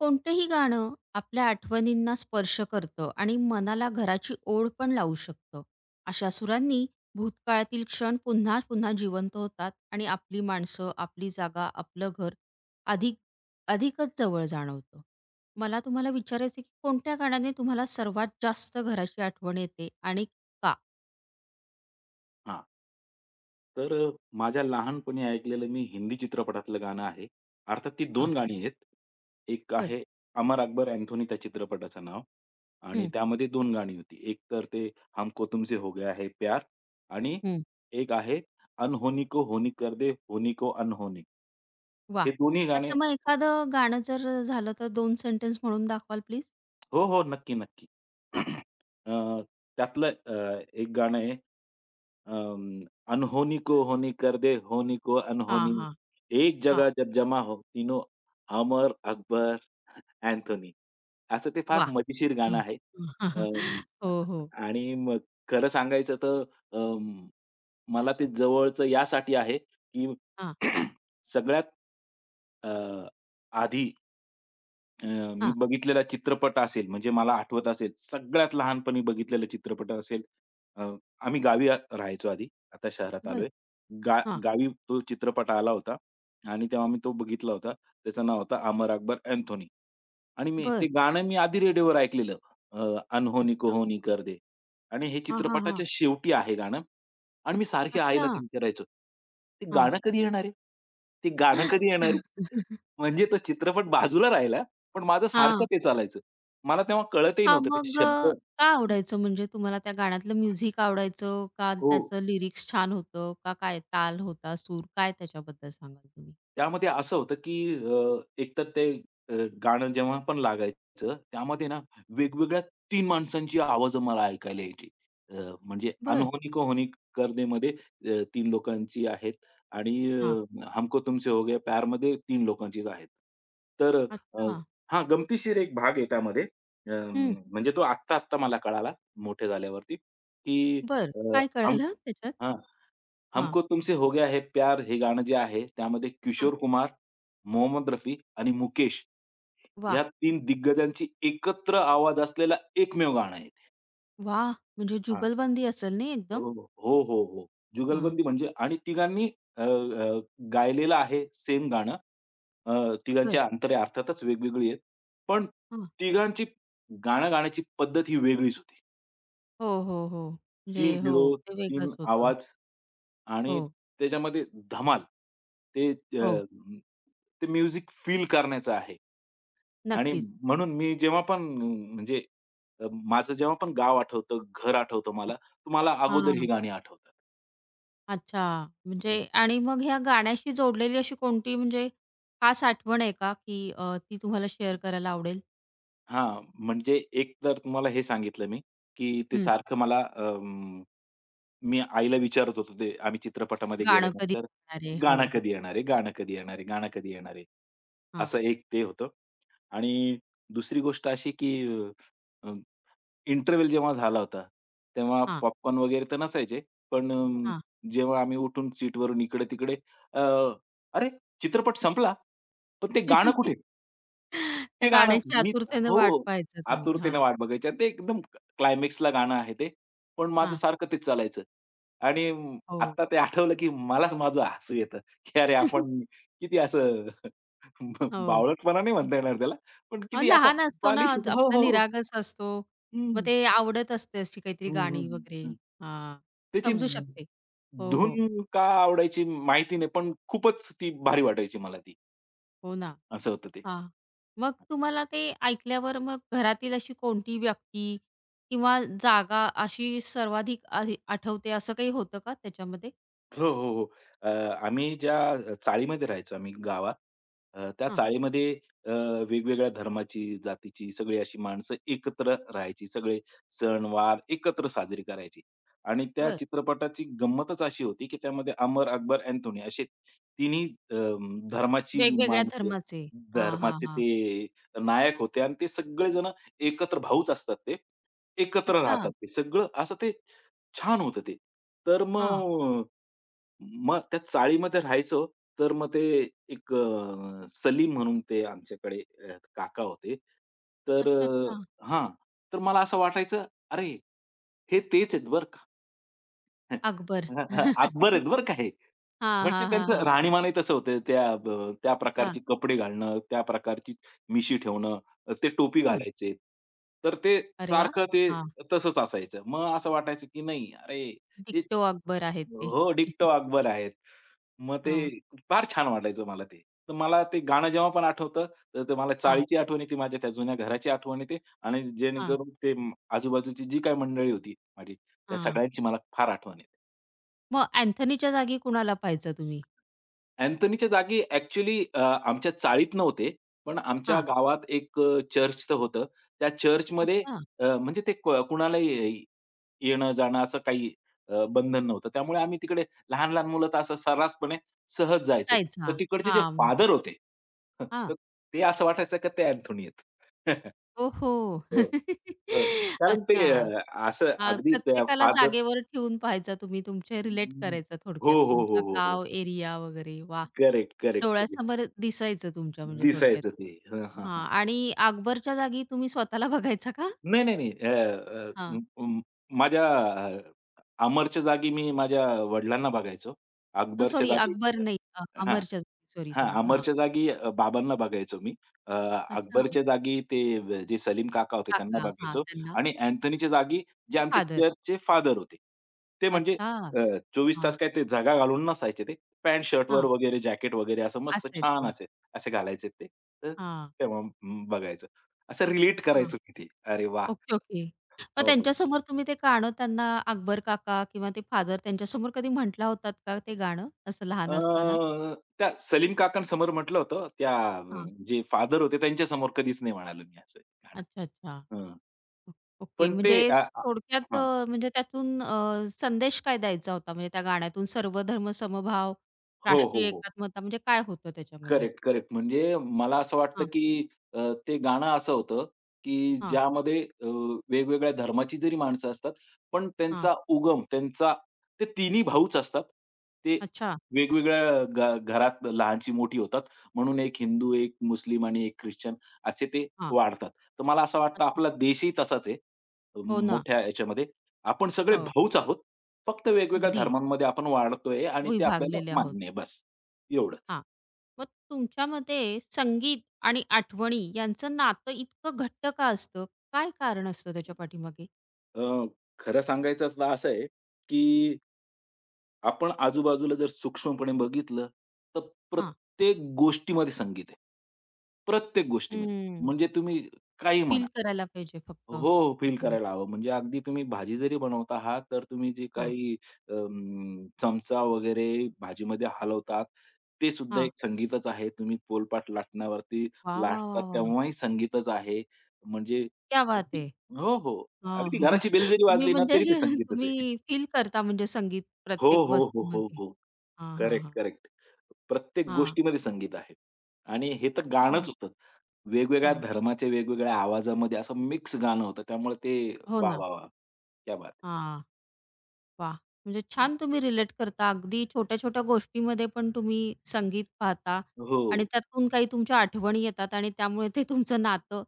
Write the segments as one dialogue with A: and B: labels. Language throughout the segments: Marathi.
A: कोणतंही गाणं आपल्या आठवणींना स्पर्श करतं आणि मनाला घराची ओढ पण लावू शकतं. अशा सुरांनी भूतकाळातील क्षण पुन्हा पुन्हा जिवंत होतात आणि आपली माणसं, आपली जागा, आपलं घर अधिक अधिकच जवळ जाणवतं. मला तुम्हाला विचारायचं की कोणत्या गाण्याने तुम्हाला सर्वात जास्त घराची आठवण येते आणि का?
B: हां. तर अ, माझ्या लहानपणी ऐकलेलं मी हिंदी चित्रपटातलं गाणं आहे. अर्थात ती
A: हां,
B: 2 गाणी आहेत. एक
A: बरं.
B: आहे अमर अकबर अँथोनी त्या चित्रपटाचं नाव आणि
A: हं,
B: त्यामध्ये 2 गाणी होती. एक तर ते हमको तुमसे हो गया है प्यार आणि
A: हं.
B: एक आहे अनहोनी को होनी कर दे होनी को अनहोनी.
A: वाह!
B: हे दोन्ही गाणे
A: त्यातलं मग एखादं गाणं जर झालं तर 2 सेंटन्स म्हणून दाखवाल प्लीज?
B: हो, हो. नक्की, नक्की.
A: हां,
B: अ, त्यातलं एक गाणं आहे. अं, "अनहोनी को होनी कर दे, होनी को
A: हां,
B: अनहोनी,
A: हां,
B: एक
A: हां.
B: जगह जब जमा हो तीनों, अमर, अकबर, अँथोनी." असं ते फार
A: वाह!
B: मजेशीर गाणं
A: हां.
B: आहे.
A: हां, हां,
B: अं,
A: हो, हो.
B: आणि मग खरं सांगायचं तर अं, मला ते जवळचं यासाठी आहे, की
A: हां,
B: सगळ्यात अ, आधी अ, मी
A: हां.
B: बघितलेला चित्रपट असेल, म्हणजे मला आठवत असेल, सगळ्यात लहानपणी बघितलेला चित्रपट असेल, अ, आम्ही गावी राहायचो आधी, आता शहरात
A: बरं.
B: आलोय. गा
A: हां,
B: गावी तो चित्रपट आला होता आणि तेव्हा मी तो बघितला होता. त्याचं नाव होतं अमर अकबर अँथोनी आणि मी ते
A: बरं.
B: गाणं आधी रेडिओवर ऐकलेलं अ, अनहोनी
A: हां,
B: को कर दे आणि हे
A: हां, हां, हां.
B: चित्रपटाच्या शेवटी आहे गाणं आणि मी सारखी आईला
A: अच्छा.
B: ते विचारायचो, "ते
A: हां.
B: गाणं कधी येणार आहे? ते गाणं कधी येणार आहे?" म्हणजे तो चित्रपट बाजूला राहिला, पण माझं सारखं
A: हां.
B: ते चालायचं. मला तेव्हा कळतही
A: हां,
B: नव्हतं ते शब्द.
A: का आवडायचं म्हणजे तुम्हाला त्या गाण्यातलं म्युझिक आवडायचं का
B: हो.
A: त्याचं लिरिक्स छान होतं का काय ताल होता, सूर काय त्याच्याबद्दल सांगाल तुम्ही?
B: त्यामध्ये असं होतं, की एकतर ते अ, गाणं जेव्हा पण लागायचं, त्यामध्ये ना वेगवेगळ्या तीन माणसांची आवाजं मला ऐकायला यायची. अ, म्हणजे
A: बरं.
B: अनहोनी को होनी कर देमध्ये 3 लोकांची आहेत आणि
A: हां.
B: हमको तुमसे हो गया प्यारमध्ये 3 लोकांचीच आहेत. तर अ,
A: अच्छा.
B: हां, गमतीशीर एक भाग आहे त्यामध्ये. अ,
A: हं.
B: म्हणजे तो आत्ता-आत्ता मला कळाला मोठे झाल्यावरती, की
A: बरं.
B: अ,
A: काय
B: हम
A: कळालं त्याच्यात?
B: हां.
A: हां,
B: हमको तुमसे हो गया है प्यार हे गाणं जे आहे त्यामध्ये
A: हां.
B: किशोर कुमार, मोहम्मद रफी आणि मुकेश
A: वाह!
B: ह्या तीन दिग्गजांची एकत्र आवाज असलेला एकमेव गाणं आहे ते.
A: वाह! म्हणजे
B: हां.
A: जुगलबंदी असेल नाही एकदम?
B: हो, हो, हो, हो.
A: हां.
B: जुगलबंदी म्हणजे आणि तिघांनी अ, अ, गायलेलं आहे सेम गाणं. अ, तिघांचे
A: बरं.
B: अंतरे अर्थातच वेगवेगळी आहेत. पण
A: हां.
B: तिघांची गाणं गाण्याची पद्धत ही वेगळीच होती.
A: हो, हो, हो.
B: तीन
A: म्हणजे
B: हिरो,
A: हो, ते
B: तीन
A: वेगळंच होतं.
B: आवाज आणि
A: हो,
B: त्याच्यामध्ये धमाल. ते अ,
A: हो.
B: ते म्युझिक फील करण्याचं आहे आणि
A: नक्कीच.
B: म्हणून मी जेव्हा पण म्हणजे माझं जेव्हा पण गाव आठवतं, घर आठवतं मला, तर मला अगोदर ही
A: हां.
B: गाणी आठवतात.
A: अच्छा. म्हणजे आणि मग ह्या गाण्याशी जोडलेली अशी कोणती म्हणजे खास आठवण आहे का, ती तुम्हाला शेअर करायला आवडेल?
B: हां, म्हणजे एक तर तुम्हाला हे सांगितलं मी, की ते हां.
A: हं.
B: सारखं मला मी आईला विचारत होतो ते आम्ही चित्रपटामध्ये
A: गाणं कधी
B: गेल्यानंतर,
A: ऐकणार आहे? हो,
B: "गाणं
A: हो.
B: कधी येणार आहे? गाणं कधी येणार आहे? गाणं कधी येणार आहे?"
A: हां,
B: असं एक ते होतं. आणि दुसरी गोष्ट अशी की अ, अ, इंटरव्हल जेव्हा झाला होता, तेव्हा
A: हां,
B: पॉपकॉर्न वगैरे तर नसायचे. पण
A: हां.
B: जेव्हा आम्ही उठून सीटवरून इकडे-तिकडे अ, "अरे, चित्रपट संपला, पण ते गाणं कुठे?" ते
A: त्या
B: गाणं
A: गाण्याची
B: मी
A: आतुरतेने
B: हो,
A: वाट पाहायचा तुम्ही. हां,
B: आतुरतेने वाट बघायची आणि ते एकदम क्लायमॅक्सला गाणं आहे ते. पण माझं
A: हां.
B: सारखं तेच चालायचं आणि
A: हो.
B: आत्ता ते आठवलं, की मलाच माझं हसू येतं, की अरे आपण किती असं
A: हो.
B: बावळटपणा नाही म्हणता येणार त्याला, पण किती असं
A: लहान असतो ना,
B: बालिश.
A: आज
B: हो,
A: आपला
B: हो.
A: निरागस असतो. मग
B: हं,
A: ते आवडत असते अशी काहीतरी
B: हं, हं,
A: गाणी वगैरे.
B: हं.
A: हां,
B: त्याची
A: समजू शकते. हो, हो.
B: धून का आवडायची माहिती नाही, पण खूपच ती भारी वाटायची मला ती.
A: हो ना.
B: असं होतं ते.
A: हां. मग तुम्हाला ते ऐकल्यावर मग घरातील अशी कोणती व्यक्ती किंवा जागा अशी सर्वाधिक आधी आठवते असं काही होतं का त्याच्यामध्ये?
B: हो, हो, हो. अ, आम्ही ज्या चाळीमध्ये राहायचो आम्ही गावात. त्या
A: हां,
B: चाळीमध्ये अ, वेगवेगळ्या धर्माची, जातीची सगळी अशी माणसं एकत्र राहायची. सगळे सण एकत्र साजरी करायची. आणि त्या
A: बरं.
B: चित्रपटाची गंमतच अशी होती, की त्यामध्ये अमर, अकबर, अँथोनी असे तिन्ही अ, धर्माची
A: वेगवेगळ्या
B: माणसं,
A: धर्माचे. हां, हां,
B: धर्माचे
A: हां.
B: ते नायक होते आणि ते सगळेजण एकत्र भाऊच असतात ते. एकत्र
A: अच्छा.
B: राहतात ते. सगळं असं ते छान होतं ते. तर
A: हां.
B: मग मग त्या चाळीमध्ये राहायचो. तर मग ते एक सलीम म्हणून ते आमच्याकडे काका होते. तर
A: अच्छा,
B: अ,
A: अच्छा.
B: हां. तर मला असं वाटायचं, "अरे, हे तेच आहेत बरं का."
A: अकबर.
B: अकबर आहेत बरं का हे.
A: हां,
B: म्हणजे
A: हां, हां,
B: त्यांचं
A: हां.
B: राहणीमानही तसं होतं. त्या
A: अच्छा.
B: प्रकारचे कपडे घालणं, त्या प्रकारची मिशी ठेवणं, ते टोपी
A: हं.
B: घालायचे. तर ते
A: अरे वाह!
B: सारखं ते
A: हां.
B: तसंच असायचं. मग असं वाटायचं, की नाही, अरे, हे
A: डिक्टो अकबर आहेत ते.
B: हो, डिक्टो अकबर आहेत. मग ते
A: हां,
B: फार छान वाटायचं मला ते. तर मला ते गाणं जेव्हा पण आठवतं, तर ते मला
A: हां,
B: चाळीची आठवण येते, माझ्या त्या जुन्या घराची आठवण येते आणि
A: हां,
B: जेणेकरून आजूबाजूची जी काही मंडळी होती माझी, त्या
A: हां.
B: सगळ्यांची मला फार आठवण येते.
A: मग अँथनीच्या जागी कुणाला पाहायचं तुम्ही?
B: अँथोनीच्या जागी ॲक्चुअली आमच्या चाळीत नव्हते. पण आमच्या
A: हां,
B: गावात एक चर्च तर होतं. त्या चर्चमध्ये
A: अच्छा
B: म्हणजे ते कुणालाही येणं-जाणं असं काही बंधन नव्हतं. त्यामुळे आम्ही तिकडे लहान-लहान मुलं तर असं सर्रासपणे सहज जायचो.
A: जायचा.
B: तर तिकडचे जे
A: हां, म्हणजे
B: फादर होते,
A: हां.
B: तर ते असं वाटायचं का ते अँथोनी आहेत.
A: ओहो!
B: हो. हो. कारण ते
A: अच्छा.
B: अ, असं
A: हां,
B: अगदी त्या
A: प्रत्येकाला
B: फादर.
A: जागेवर ठेवून पाहायचा तुम्ही, तुमचे रिलेट करायचं
B: हो,
A: थोडक्यात.
B: हो, हो,
A: तुमच्या
B: हो, हो.
A: गाव, एरिया वगैरे. वाह!
B: Correct, correct.
A: डोळ्यासमोर दिसायचं तुमच्या म्हणजे थोडक्यात
B: दिसायचं
A: ते.
B: ते. हं, हां, हां.
A: हां आणि अकबरच्या जागी तुम्ही स्वतःला बघायचा का?
B: नाही, नाही, नाही. अ, अ,
A: हां,
B: म म- माझ्या अ, अमरच्या जागी मी माझ्या वडिलांना बघायचो. अकबरच्या
A: सॉरी
B: जागी
A: अकबर नाही
B: हां.
A: अमरच्या जागी. सॉरी,
B: हां,
A: सॉरी. हां,
B: अमरच्या जागी बाबांना बघायचो मी. अ,
A: अच्छा.
B: अकबरच्या जागी ते जे सलीम काका होते त्यांना
A: काका हां,
B: बघायचो
A: त्यांना
B: आणि अँथोनीच्या जागी जे
A: ते
B: आमचे
A: फादर.
B: चर्चचे फादर होते. ते म्हणजे
A: अच्छा.
B: अ, 24
A: हां,
B: तास काय ते झगा घालून नसायचे ते. पॅन्ट शर्टवर
A: हां.
B: वगैरे जॅकेट वगैरे असं मस्त छान
A: असायचे.
B: असे असे घालायचे ते. तर
A: हां,
B: तेव्हा बघायचो. असं रिलेट
A: हां.
B: करायचो मी ते. अरे वाह!
A: Okay, okay. मग
B: हो, हो.
A: त्यांच्यासमोर तुम्ही ते गाणं त्यांना अकबर काका किंवा ते फादर त्यांच्यासमोर कधी म्हटला होतात का ते गाणं असं लहान असताना?
B: त्या सलीम काकांसमोर म्हटलं होतं, त्या
A: हां.
B: जे फादर होते त्यांच्यासमोर कधीच नाही म्हणालो मी असं गाणं.
A: अच्छा, अच्छा. ओ ओके.
B: पण ते
A: म्हणजे
B: अ,
A: स-
B: अ
A: थोडक्यात
B: हां.
A: म्हणजे त्यातून संदेश काय द्यायचा होता म्हणजे त्या गाण्यातून सर्वधर्म समभाव,
B: हो, हो,
A: राष्ट्रीय
B: हो.
A: एकात्मता म्हणजे काय होतं त्याच्यामध्ये?
B: Correct, correct. म्हणजे मला असं वाटतं,
A: हां,
B: की ते गाणं असं होतं, की
A: हां,
B: ज्यामध्ये वेगवेगळ्या धर्माची जरी माणसं असतात, पण
A: हां.
B: त्यांचा उगम, त्यांचा ते तिन्ही भाऊच असतात. ते
A: अच्छा.
B: वेगवेगळ्या घरात लहानची-मोठी होतात. म्हणून एक हिंदू, एक मुस्लिम आणि एक ख्रिश्चन असे ते
A: हां.
B: वाढतात. तर मला असं वाटतं
A: अच्छा.
B: आपला देशही तसाच आहे.
A: हो ना.
B: मोठ्या याच्यामध्ये. आपण सगळे
A: हो.
B: भाऊच आहोत. फक्त वेगवेगळ्या
A: अगदी.
B: धर्मांमध्ये आपण वाढतोय आणि ते आपल्याला
A: विभागलेले आहोत.
B: मान्य आहे. बस एवढंच.
A: हां. मग तुमच्या मते संगीत आणि आठवणी यांचं नातं इतकं घट्ट का असतं? काय कारण असतं त्याच्या पाठीमागे?
B: अ, खरं सांगायचं असलं असं आहे, की आपण आजूबाजूला जर सूक्ष्मपणे बघितलं, तर
A: हां.
B: प्रत्येक गोष्टीमध्ये संगीत आहे. प्रत्येक गोष्टीमध्ये.
A: हं.
B: म्हणजे तुम्ही काही म्हणा.
A: फील करायला पाहिजे फक्त.
B: हो, हो. फील
A: हं.
B: करायला हवं. म्हणजे अगदी तुम्ही भाजी जरी बनवत आहात, तर तुम्ही जे
A: हां,
B: काही चमचा वगैरे भाजीमध्ये हलवतात, ते सुद्धा
A: हां.
B: एक संगीतच आहे. तुम्ही पोलपाट लाटण्यावरती
A: वाह, वाह,
B: लाटतात
A: वाह, वाह!
B: तेव्हाही संगीतच आहे. म्हणजे
A: क्या बात है!
B: हो, हो.
A: हां,
B: अगदी
A: हो, हो.
B: घराची बेल जरी
A: तुम्ही
B: वाजली ना,
A: म्हणजे
B: तरी ते
A: हे
B: संगीतच आहे.
A: तुम्ही फील करता म्हणजे संगीत
B: हो,
A: प्रत्येक
B: हो, हो, हो,
A: वस्तूमध्ये.
B: हो.
A: हां, हां,
B: करेक्ट,
A: हां.
B: करेक्ट. प्रत्येक
A: हां.
B: गोष्टीमध्ये संगीत आहे. आणि हे तर
A: अच्छा.
B: गाणंच होतं. वेगवेगळ्या
A: हां.
B: धर्माच्या वेगवेगळ्या आवाजामध्ये असं मिक्स गाणं होतं. त्यामुळे ते
A: हो
B: वा,
A: ना.
B: वा, वा. क्या बात
A: हां. वाह! म्हणजे
B: है!
A: छान तुम्ही रिलेट करता. अगदी छोट्या-छोट्या गोष्टीमध्ये पण तुम्ही संगीत पाहता
B: हो.
A: आणि त्यातून काही तुमच्या आठवणी येतात आणि त्यामुळे ते तुमचं नातं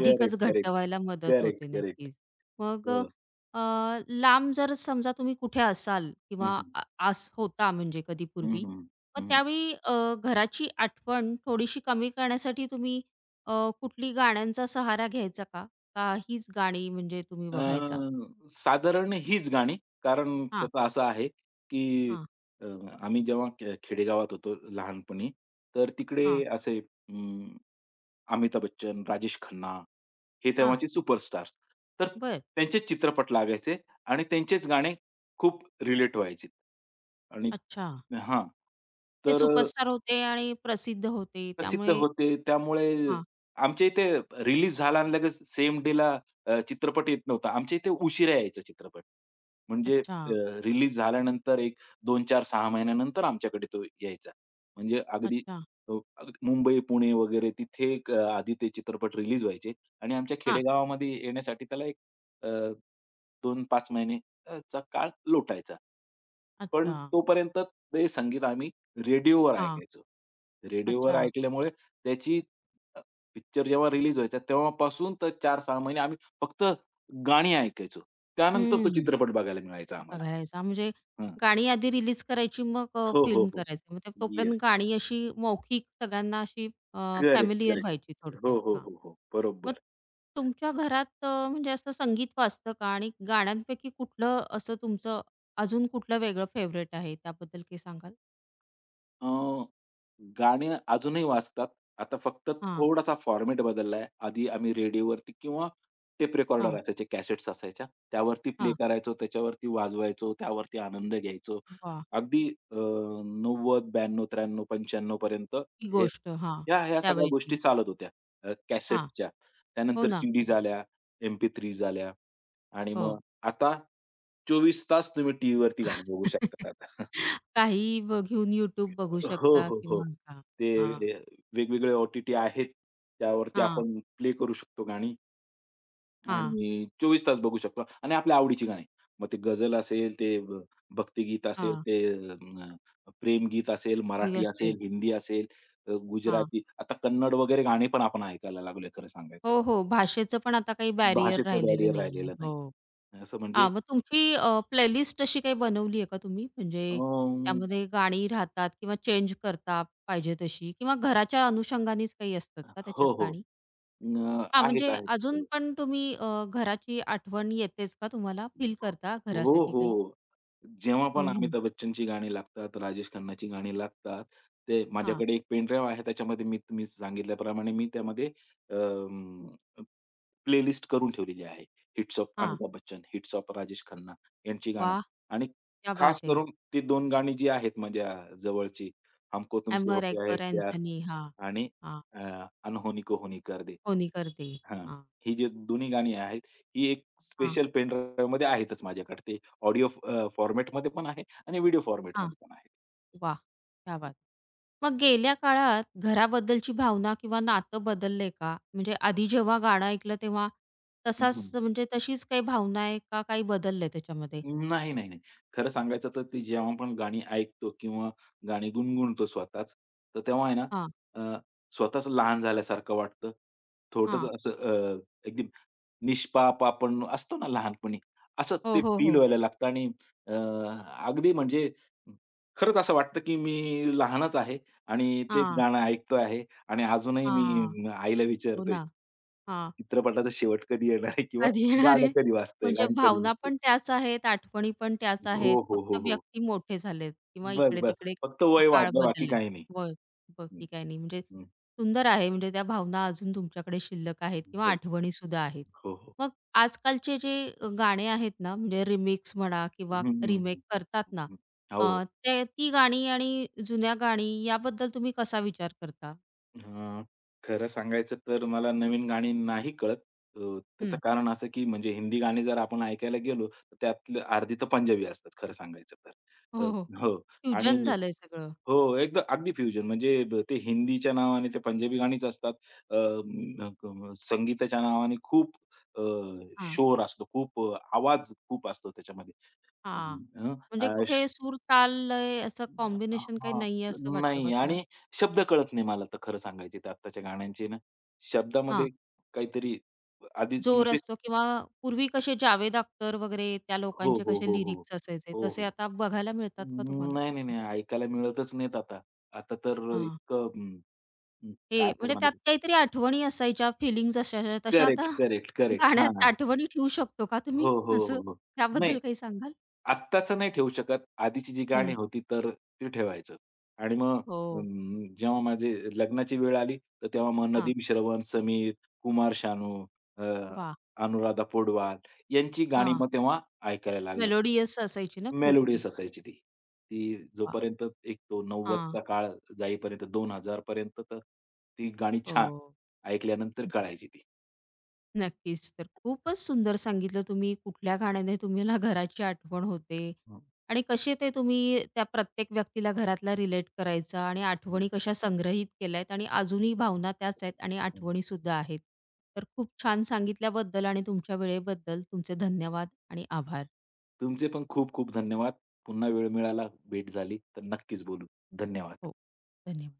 B: करेक्ट,
A: घट्ट
B: करेक्ट.
A: व्हायला मदत
B: करेक्ट,
A: होते
B: करेक्ट.
A: नक्कीच. मग अ,
B: हो.
A: लांब जर समजा तुम्ही कुठे असाल
B: हं,
A: किंवा
B: हं.
A: अ, आस होता म्हणजे कधी
B: हं,
A: पूर्वी,
B: हं.
A: मग
B: हं,
A: त्यावेळी अ, घराची आठवण थोडीशी कमी करण्यासाठी तुम्ही कुठली गाण्यांचा सहारा घ्यायचा का? का हीच गाणी म्हणजे तुम्ही बघायचा?
B: साधारण हीच गाणी. कारण
A: हां,
B: त्याचं असं आहे, की
A: हां,
B: अ, आम्ही जेव्हा खेडेगावात होतो लहानपणी, तर
A: हां,
B: तिकडे असे अमिताभ बच्चन, राजेश खन्ना हे
A: हां.
B: तेव्हाचे सुपरस्टार्स. तर
A: बरं.
B: त्यांचेच चित्रपट लागायचे आणि त्यांचेच गाणे खूप रिलेट व्हायचे. आणि
A: अच्छा.
B: हां.
A: ते
B: तर
A: सुपरस्टार होते आणि प्रसिद्ध होते
B: प्रसिद्ध
A: त्यामुळे
B: होते. त्यामुळे
A: हां.
B: आमच्या इथे रिलीज झाला आणि लगेच सेम डेला चित्रपट येत नव्हता. आमच्या इथे उशिरा यायचा चित्रपट. म्हणजे
A: अच्छा,
B: रिलीज झाल्यानंतर एक 2, 4, 6 महिन्यानंतर आमच्याकडे तो यायचा. म्हणजे
A: अच्छा.
B: अ, अगदी मुंबई, पुणे वगैरे तिथे एक आधी ते चित्रपट रिलीज व्हायचे आणि आमच्या
A: हां.
B: खेडेगावामध्ये येण्यासाठी त्याला एक अ, 2-5 महिने चा काळ लोटायचा. पण
A: अच्छा.
B: तोपर्यंत ते संगीत आम्ही रेडिओवर
A: हां.
B: ऐकायचो. रेडिओवर
A: अच्छा.
B: ऐकल्यामुळे त्याची अ, पिक्चर जेव्हा रिलीज व्हायचा तेव्हापासून तर 4-6 महिने आम्ही फक्त गाणी ऐकायचो. त्यानंतर तो
A: हं.
B: चित्रपट बघायला मिळायचा आम्हाला.
A: बघायचा म्हणजे
B: हं.
A: गाणी आधी रिलीज करायची मग
B: हो, हो,
A: फिल्म
B: हो.
A: करायचं. मग ते-
B: येस.
A: तोपर्यंत गाणी अशी मौखिक सगळ्यांना अशी अ,
B: करेक्ट, करेक्ट.
A: व्हायची थोडक्यात.
B: हो, हो,
A: हां.
B: हो, हो.
A: मग
B: बरोबर.
A: तुमच्या घरात म्हणजे असं संगीत वाजतं का? आणि गाण्यांपैकी कुठलं असं तुमचं अजून कुठलं वेगळं फेव्हरेट आहे त्याबद्दल काही सांगाल?
B: अ, गाणी अजूनही वाजतात. आता फक्त
A: हां,
B: थोडासा फॉर्मॅट बदललाय. आधी आम्ही रेडिओवरती किंवा टेप रेकॉर्डर
A: हां,
B: असायचे, कॅसेट्स असायच्या. त्यावरती प्ले
A: हां.
B: करायचो, त्याच्यावरती वाजवायचो, त्यावरती आनंद घ्यायचो.
A: वाह!
B: अगदी अ, 90, 92, 93, 95 पर्यंत
A: ती
B: हे
A: गोष्ट हां,
B: ह्या ह्या सगळ्या गोष्टी
A: त्यावेळची.
B: चालत होत्या
A: हां,
B: कॅसेटच्या.
A: हो
B: त्यानंतर
A: ना,
B: सीडीज आल्या, एम-पी-MP3s आणि मग
A: हो.
B: आता 24 तास तुम्ही टीव्हीवरती गाणी बघू शकता आता.
A: काहीही ब घेऊन YouTube बघू
B: हो,
A: शकता
B: हो, हो.
A: किंवा हां,
B: ते
A: हां,
B: वेगवेगळे ओ-टी-टी आहेत. त्यावरती
A: हां,
B: आपण प्ले करू शकतो गाणी
A: हां,
B: आणि 24 तास बघू शकतो आणि आपल्या आवडीची गाणी. मग ते गझल असेल, ते भक्तिगीत असेल,
A: हां,
B: ते अ, प्रेमगीत असेल,
A: फ्री
B: मराठी असेल,
A: असेल.
B: हिंदी असेल,
A: हां,
B: गुजराती. आता कन्नड वगैरे गाणी पण आपण ऐकायला लागलोय खरं सांगायचं
A: हो,
B: तर.
A: हो. भाषेचं पण आता काही बॅरियर
B: भाषेचं
A: राहिलेलं
B: बॅरियर
A: नाहीये.
B: राहिलेलं नाही.
A: हो.
B: असं म्हणजे
A: हां, मग तुमची प्लेलिस्ट अशी काही बनवली आहे का तुम्ही? म्हणजे
B: अ,
A: त्यामध्ये गाणी राहतात किंवा चेंज करता पाहिजे तशी किंवा घराच्या अनुषंगानेच काही असतात का त्याच्यात
B: हो, हो.
A: गाणी? हां,
B: आहेत,
A: म्हणजे
B: आहेत.
A: अजून पण तुम्ही घराची आठवण येतेच का तुम्हाला? फील करता
B: हो,
A: घरासाठी काही?
B: हो. जेव्हा पण
A: हं, हं.
B: अमिताभ बच्चनची गाणी लागतात, राजेश खन्नाची गाणी लागतात, ते
A: हां,
B: माझ्याकडे एक पेन आहे. त्याच्यामध्ये तुम्ही सांगितल्याप्रमाणे मी त्यामध्ये प्लेलिस्ट करून ठेवलेली आहे. हिट्स ऑफ
A: हां.
B: अमिताभ बच्चन, हिट्स ऑफ राजेश खन्ना यांची गाणं
A: वाह!
B: आणि
A: क्या
B: खास
A: बात है!
B: करून ती 2 गाणी जी आहेत माझ्या जवळची, हमको तुमसे हो
A: एमर
B: गया है
A: एक्बर
B: प्यार
A: एंथनी. हां,
B: आणि
A: हां.
B: अ, अनहोनी को होनी कर दे.
A: कोणी करते.
B: हां.
A: हां,
B: ही जी दोन्ही गाणी आहेत, ही एक
A: हां,
B: स्पेशल पेन ड्राईव्हमध्ये आहेतच माझ्याकडे. ते ऑडिओ फॉर्मॅटमध्ये पण आहे आणि व्हिडिओ
A: हां.
B: फॉर्मॅटमध्ये पण आहे.
A: वाह! क्या बात! मग गेल्या काळात घराबद्दलची भावना किंवा नातं बदललंय का? म्हणजे आधी जेव्हा गाणं ऐकलं तेव्हा
B: हं,
A: तसाच
B: हं.
A: म्हणजे तशीच काही भावना आहे का काही बदललंय त्याच्यामध्ये?
B: नाही, नाही, नाही. खरं सांगायचं तर ती जेव्हा आपण गाणी ऐकतो किंवा गाणी गुणगुणतो स्वतःच, तर तेव्हा आहे ना
A: हां,
B: अ, स्वतःच लहान झाल्यासारखं वाटतं.
A: हां.
B: छोटंसं असं एकदम निष्पाप आपण असतो ना लहानपणी, असं
A: हो,
B: ते
A: हो,
B: फील
A: हो.
B: व्हायला लागतं आणि अ, अगदी म्हणजे खरंच असं वाटतं, की मी लहानच आहे आणि तेच
A: हां,
B: गाणं ऐकतो आहे आणि अजूनही
A: हां.
B: मी आईला
A: हो
B: विचारतोय,
A: ना. हां.
B: चित्रपटाचा शेवट कधी येणार आहे किंवा
A: कधी येणार
B: गाणं
A: आहे?
B: कधी वाजतंय,
A: म्हणजे
B: गाणी कधी
A: भावना
B: वाजतंय?
A: पण त्याच आहेत, आठवणी पण त्याच
B: हो,
A: आहेत.
B: हो,
A: फक्त
B: हो, हो.
A: व्यक्ती मोठे झालेत किंवा
B: बरं, बरं.
A: इकडे-तिकडे
B: फक्त वय
A: काळ
B: वाढलं बाकी
A: बदललाय.
B: काही नाही.
A: होय,
B: हं,
A: बाकी काही नाही. म्हणजे
B: हं.
A: सुंदर आहे म्हणजे त्या भावना अजून तुमच्याकडे शिल्लक आहेत किंवा
B: हो, हो.
A: आठवणीसुद्धा आहेत.
B: हो, हो.
A: मग आजकालचे जे गाणे आहेत ना, म्हणजे रिमिक्स म्हणा
B: हं,
A: किंवा
B: हं,
A: रिमेक
B: हं.
A: करतात ना,
B: हो.
A: ते ती गाणी आणि जुन्या गाणी याबद्दल तुम्ही कसा विचार करता?
B: हां, खरं सांगायचं तर मला नवीन गाणी नाही कळत. त्याचं
A: हं.
B: कारण असं की म्हणजे हिंदी गाणी जर आपण ऐकायला गेलो, तर त्यातलं अर्धी तर पंजाबी असतात खरं सांगायचं तर. अ,
A: हो, हो.
B: हो आणि
A: फ्युजन झालंय सगळं.
B: हो, एकदम अगदी फ्युजन म्हणजे ते हिंदीच्या नावाने ते पंजाबी गाणीच असतात. अ, म क संगीताच्या नावाने खूप अ,
A: हां.
B: शोर असतो, खूप आवाज खूप असतो त्याच्यामध्ये.
A: हां. म्हणजे
B: अ,
A: कुठे सूर, ताल, लय असं कॉम्बिनेशन काही
B: हां.
A: नाहीये असं वाटतं का
B: नाही आणि
A: तुम्हाला?
B: शब्द कळत नाही मला तर खरं सांगायचे तर आत्ताच्या गाण्यांचे ना,
A: हां.
B: शब्दामध्ये काहीतरी आधीच
A: जोर
B: म्हणजे
A: असतो किंवा पूर्वी कसे जावेद अख्तर वगैरे त्या
B: हो,
A: लोकांचे
B: हो,
A: कसे
B: हो, हो.
A: लिरिक्स असायचे
B: हो,
A: तसे
B: हो.
A: आता बघायला मिळतात का तुम्हाला?
B: नाही, नाही, नाही. ऐकायला मिळतच नाहीत आता. आता तर
A: हां.
B: इतकं
A: हे
B: काय
A: म्हणजे
B: करणार
A: त्यात
B: आहे?
A: काहीतरी आठवणी असायच्या, फीलिंग्ज असायच्या तशा
B: करेक्ट,
A: आता
B: करेक्ट, करेक्ट.
A: गाण्यात
B: हां.
A: आठवणी ठेवू शकतो का
B: हो,
A: तुम्ही?
B: हो,
A: असं
B: हो, हो. नाही,
A: त्याबद्दल काही सांगाल?
B: आत्ताचं नाही ठेवू शकत. आधीची जी गाणी
A: हं.
B: होती तर ती ठेवायचं आणि मग
A: हो.
B: जेव्हा माझी लग्नाची वेळ आली, तर तेव्हा मग
A: हां.
B: नदीम श्रवण, समीर, कुमार शानू, अ,
A: वाह!
B: अनुराधा पौडवाल यांची गाणी
A: हां.
B: मग तेव्हा ऐकायला लागलो होतो.
A: मेलोडियस असायची ना खूप ती
B: मेलोडीयस
A: पण.
B: असायची ती. ती
A: वाह!
B: जोपर्यंत एक तो
A: हां.
B: 90चा काळ जाईपर्यंत 2000 पर्यंत तर ती गाणी छान
A: हो.
B: ऐकल्यानंतर कळायची ती.
A: नक्कीच. तर खूपच सुंदर सांगितलं तुम्ही कुठल्या गाण्याने तुम्हाला घराची आठवण होते
B: हं,
A: आणि कसे ते तुम्ही त्या प्रत्येक व्यक्तीला घरातला रिलेट करायचा आणि आठवणी कशा संग्रहित केल्या आहेत आणि अजूनही भावना त्याच आहेत आणि
B: हं.
A: आठवणीसुद्धा आहेत. तर खूप छान सांगितल्याबद्दल आणि तुमच्या वेळेबद्दल तुमचे धन्यवाद आणि आभार.
B: तुमचे पण खूप खूप धन्यवाद. पुन्हा वेळ मिळाला, भेट झाली तर नक्कीच बोलू. धन्यवाद.
A: हो, धन्यवाद.